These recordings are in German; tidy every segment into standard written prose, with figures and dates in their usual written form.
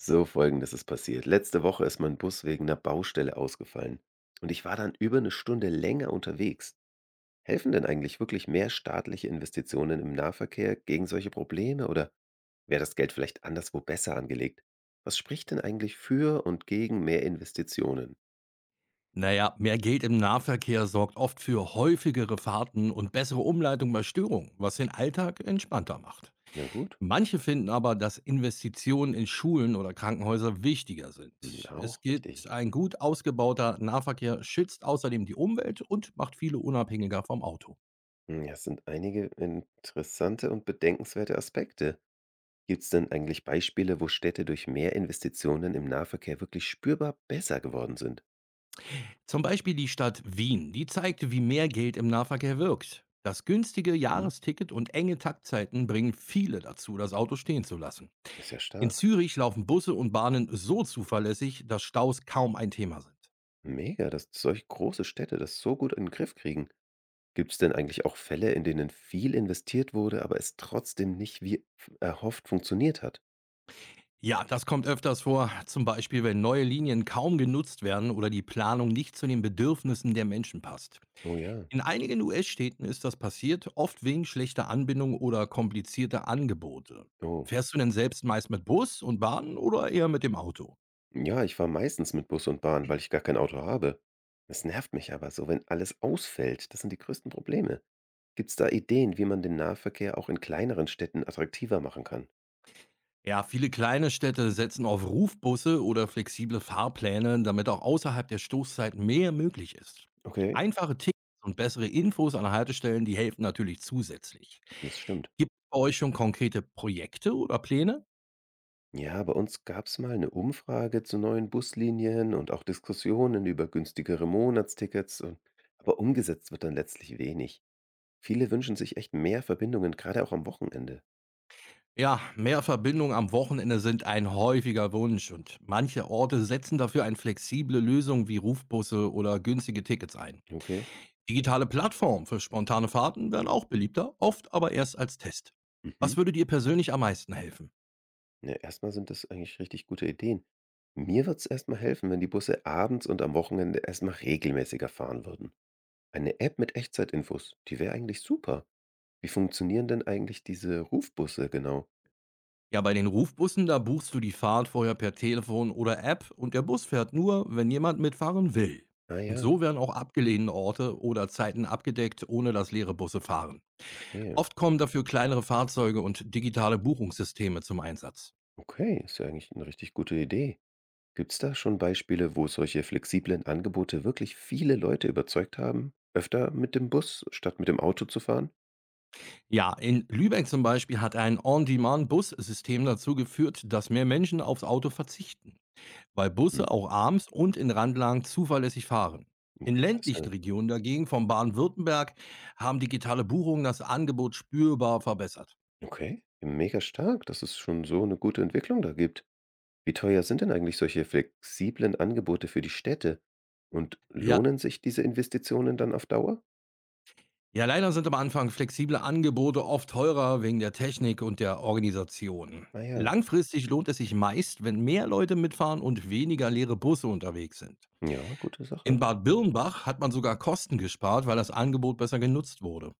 So, Folgendes ist passiert. Letzte Woche ist mein Bus wegen einer Baustelle ausgefallen. Und ich war dann über eine Stunde länger unterwegs. Helfen denn eigentlich wirklich mehr staatliche Investitionen im Nahverkehr gegen solche Probleme oder wäre das Geld vielleicht anderswo besser angelegt? Was spricht denn eigentlich für und gegen mehr Investitionen? Naja, mehr Geld im Nahverkehr sorgt oft für häufigere Fahrten und bessere Umleitung bei Störungen, was den Alltag entspannter macht. Ja gut, Manche finden aber, dass Investitionen in Schulen oder Krankenhäuser wichtiger hm, sind. Es auch richtig. gibt ein gut ausgebauter Nahverkehr, schützt außerdem die Umwelt und macht viele unabhängiger vom Auto. Hm, das sind einige interessante und bedenkenswerte Aspekte. Gibt es denn eigentlich Beispiele, wo Städte durch mehr Investitionen im Nahverkehr wirklich spürbar besser geworden sind? Zum Beispiel die Stadt Wien, die zeigte, wie mehr Geld im Nahverkehr wirkt. Das günstige Mhm. Jahresticket und enge Taktzeiten bringen viele dazu, das Auto stehen zu lassen. Ist ja In stark. Zürich laufen Busse und Bahnen so zuverlässig, dass Staus kaum ein Thema sind. Mega, dass solch große Städte das so gut in den Griff kriegen. Gibt es denn eigentlich auch Fälle, in denen viel investiert wurde, aber es trotzdem nicht wie erhofft funktioniert hat? Ja, das kommt öfters vor, zum Beispiel wenn neue Linien kaum genutzt werden oder die Planung nicht zu den Bedürfnissen der Menschen passt. Oh ja. In einigen US-Städten ist das passiert, oft wegen schlechter Anbindung oder komplizierter Angebote. Oh. Fährst du denn selbst meist mit Bus und Bahn oder eher mit dem Auto? Ja, ich fahre meistens mit Bus und Bahn, weil ich gar kein Auto habe. Es nervt mich aber so, wenn alles ausfällt. Das sind die größten Probleme. Gibt es da Ideen, wie man den Nahverkehr auch in kleineren Städten attraktiver machen kann? Ja, viele kleine Städte setzen auf Rufbusse oder flexible Fahrpläne, damit auch außerhalb der Stoßzeit mehr möglich ist. Okay, Einfache Tickets und bessere Infos an Haltestellen, die helfen natürlich zusätzlich. das stimmt. Gibt es bei euch schon konkrete Projekte oder Pläne? Ja, bei uns gab's mal 'ne Umfrage zu neuen Buslinien und auch Diskussionen über günstigere Monatstickets und aber umgesetzt wird dann letztlich wenig. Viele wünschen sich echt mehr Verbindungen, gerade auch am Wochenende. Ja, mehr Verbindungen am Wochenende sind ein häufiger Wunsch und manche Orte setzen dafür eine flexible Lösung wie Rufbusse oder günstige Tickets ein. Okay. Digitale Plattformen für spontane Fahrten werden auch beliebter, oft aber erst als Test. Mhm. Was würde dir persönlich am meisten helfen? Ja, erst sind das eigentlich richtig gute Ideen. Mir würd's erst mal helfen, wenn die Busse abends und am Wochenende erstmal mal regelmäßiger fahren würden. Eine App mit Echtzeitinfos, die wäre eigentlich super. Wie funktionieren denn eigentlich diese Rufbusse genau? Ja, bei den Rufbussen, da buchst du die Fahrt vorher per Telefon oder App und der Bus fährt nur, wenn jemand mitfahren will. Ah Und ja, so werden auch abgelehnte Orte oder Zeiten abgedeckt, ohne dass leere Busse fahren. verstehe. Oft kommen dafür kleinere Fahrzeuge und digitale Buchungssysteme zum Einsatz. Okay, ist ja eigentlich eine richtig gute Idee. Gibt's da schon Beispiele, wo solche flexiblen Angebote wirklich viele Leute überzeugt haben, öfter mit dem Bus statt mit dem Auto zu fahren? Ja, in Lübeck zum Beispiel hat ein On-Demand-Bus-System dazu geführt, dass mehr Menschen aufs Auto verzichten, weil Mhm. Busse auch abends und in Randlagen zuverlässig fahren. In Okay, ländlichen klasse. Regionen dagegen, von Baden-Württemberg, haben digitale Buchungen das Angebot spürbar verbessert. Okay, mega stark, dass es schon so eine gute Entwicklung da gibt. Wie teuer sind denn eigentlich solche flexiblen Angebote für die Städte? Und Ja, lohnen sich diese Investitionen dann auf Dauer? ja, leider sind am Anfang flexible Angebote oft teurer wegen der Technik und der Organisation. Ah ja, Langfristig lohnt es sich meist, wenn mehr Leute mitfahren und weniger leere Busse unterwegs sind. ja, gute Sache. In Bad Birnbach hat man sogar Kosten gespart, weil das Angebot besser genutzt wurde.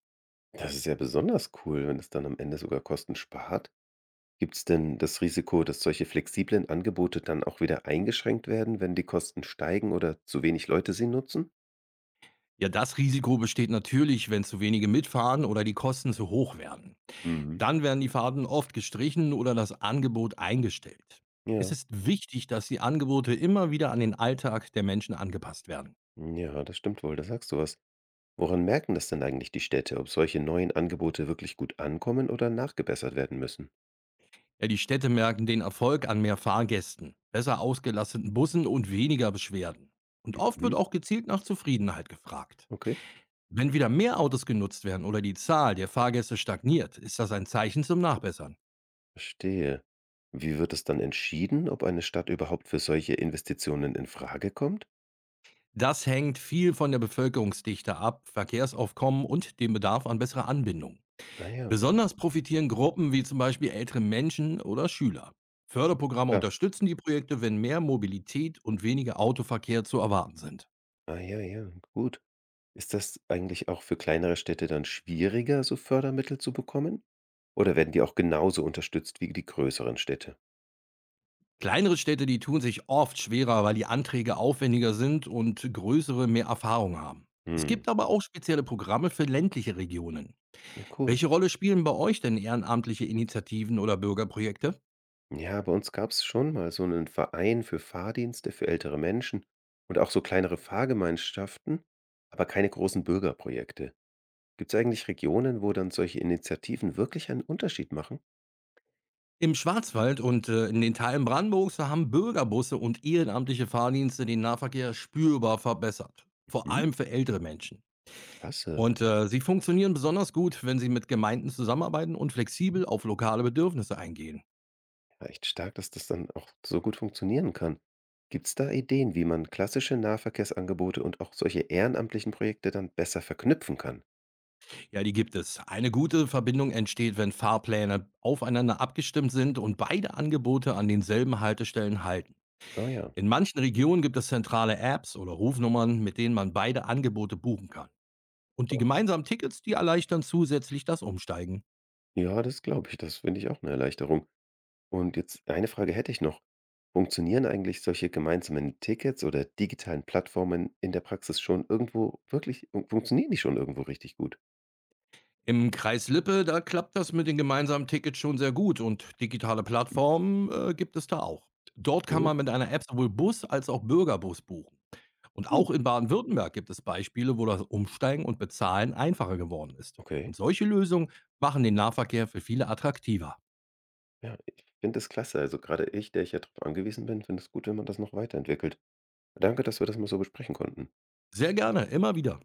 Das ist ja besonders cool, wenn es dann am Ende sogar Kosten spart. Gibt es denn das Risiko, dass solche flexiblen Angebote dann auch wieder eingeschränkt werden, wenn die Kosten steigen oder zu wenig Leute sie nutzen? Ja, das Risiko besteht natürlich, wenn zu wenige mitfahren oder die Kosten zu hoch werden. Mhm. Dann werden die Fahrten oft gestrichen oder das Angebot eingestellt. Es Ja, ist wichtig, dass die Angebote immer wieder an den Alltag der Menschen angepasst werden. ja, das stimmt wohl, da sagst du was. Woran merken das denn eigentlich die Städte, ob solche neuen Angebote wirklich gut ankommen oder nachgebessert werden müssen? Ja, die Städte merken den Erfolg an mehr Fahrgästen, besser ausgelasteten Bussen und weniger Beschwerden. Und oft Mhm. wird auch gezielt nach Zufriedenheit gefragt. Okay, Wenn wieder mehr Autos genutzt werden oder die Zahl der Fahrgäste stagniert, ist das ein Zeichen zum Nachbessern. verstehe. Wie wird es dann entschieden, ob eine Stadt überhaupt für solche Investitionen in Frage kommt? Das hängt viel von der Bevölkerungsdichte ab, Verkehrsaufkommen und dem Bedarf an besserer Anbindung. Ah ja, Besonders profitieren Gruppen wie zum Beispiel ältere Menschen oder Schüler. Förderprogramme klar. unterstützen die Projekte, wenn mehr Mobilität und weniger Autoverkehr zu erwarten sind. Ah ja, ja, gut. Ist das eigentlich auch für kleinere Städte dann schwieriger, so Fördermittel zu bekommen? Oder werden die auch genauso unterstützt wie die größeren Städte? Kleinere Städte, die tun sich oft schwerer, weil die Anträge aufwendiger sind und größere mehr Erfahrung haben. Es Hm, gibt aber auch spezielle Programme für ländliche Regionen. ja cool. Welche Rolle spielen bei euch denn ehrenamtliche Initiativen oder Bürgerprojekte? Ja, bei uns gab es schon mal so einen Verein für Fahrdienste für ältere Menschen und auch so kleinere Fahrgemeinschaften, aber keine großen Bürgerprojekte. Gibt es eigentlich Regionen, wo dann solche Initiativen wirklich einen Unterschied machen? Im Schwarzwald und, in den Teilen Brandenburgs, da haben Bürgerbusse und ehrenamtliche Fahrdienste den Nahverkehr spürbar verbessert, vor Mhm, allem für ältere Menschen. klasse. Und, sie funktionieren besonders gut, wenn sie mit Gemeinden zusammenarbeiten und flexibel auf lokale Bedürfnisse eingehen. Ja, echt stark, dass das dann auch so gut funktionieren kann. Gibt's da Ideen, wie man klassische Nahverkehrsangebote und auch solche ehrenamtlichen Projekte dann besser verknüpfen kann? Ja, die gibt es. Eine gute Verbindung entsteht, wenn Fahrpläne aufeinander abgestimmt sind und beide Angebote an denselben Haltestellen halten. Ah ja. In manchen Regionen gibt es zentrale Apps oder Rufnummern, mit denen man beide Angebote buchen kann. Und die Ja, gemeinsamen Tickets, die erleichtern zusätzlich das Umsteigen. ja, das glaube ich. Das finde ich auch eine Erleichterung. Und jetzt eine Frage hätte ich noch. Funktionieren eigentlich solche gemeinsamen Tickets oder digitalen Plattformen in der Praxis schon irgendwo wirklich funktionieren die schon irgendwo richtig gut? Im Kreis Lippe, da klappt das mit den gemeinsamen Tickets schon sehr gut und digitale Hm, Plattformen gibt es da auch. Dort kann cool. man mit einer App sowohl Bus als auch Bürgerbus buchen. Und Gut, auch in Baden-Württemberg gibt es Beispiele, wo das Umsteigen und Bezahlen einfacher geworden ist. okay. Und solche Lösungen machen den Nahverkehr für viele attraktiver. Ja, ich finde das klasse. Also, gerade ich, der ich ja darauf angewiesen bin, finde es gut, wenn man das noch weiterentwickelt. Danke, dass wir das mal so besprechen konnten. Sehr gerne, immer wieder.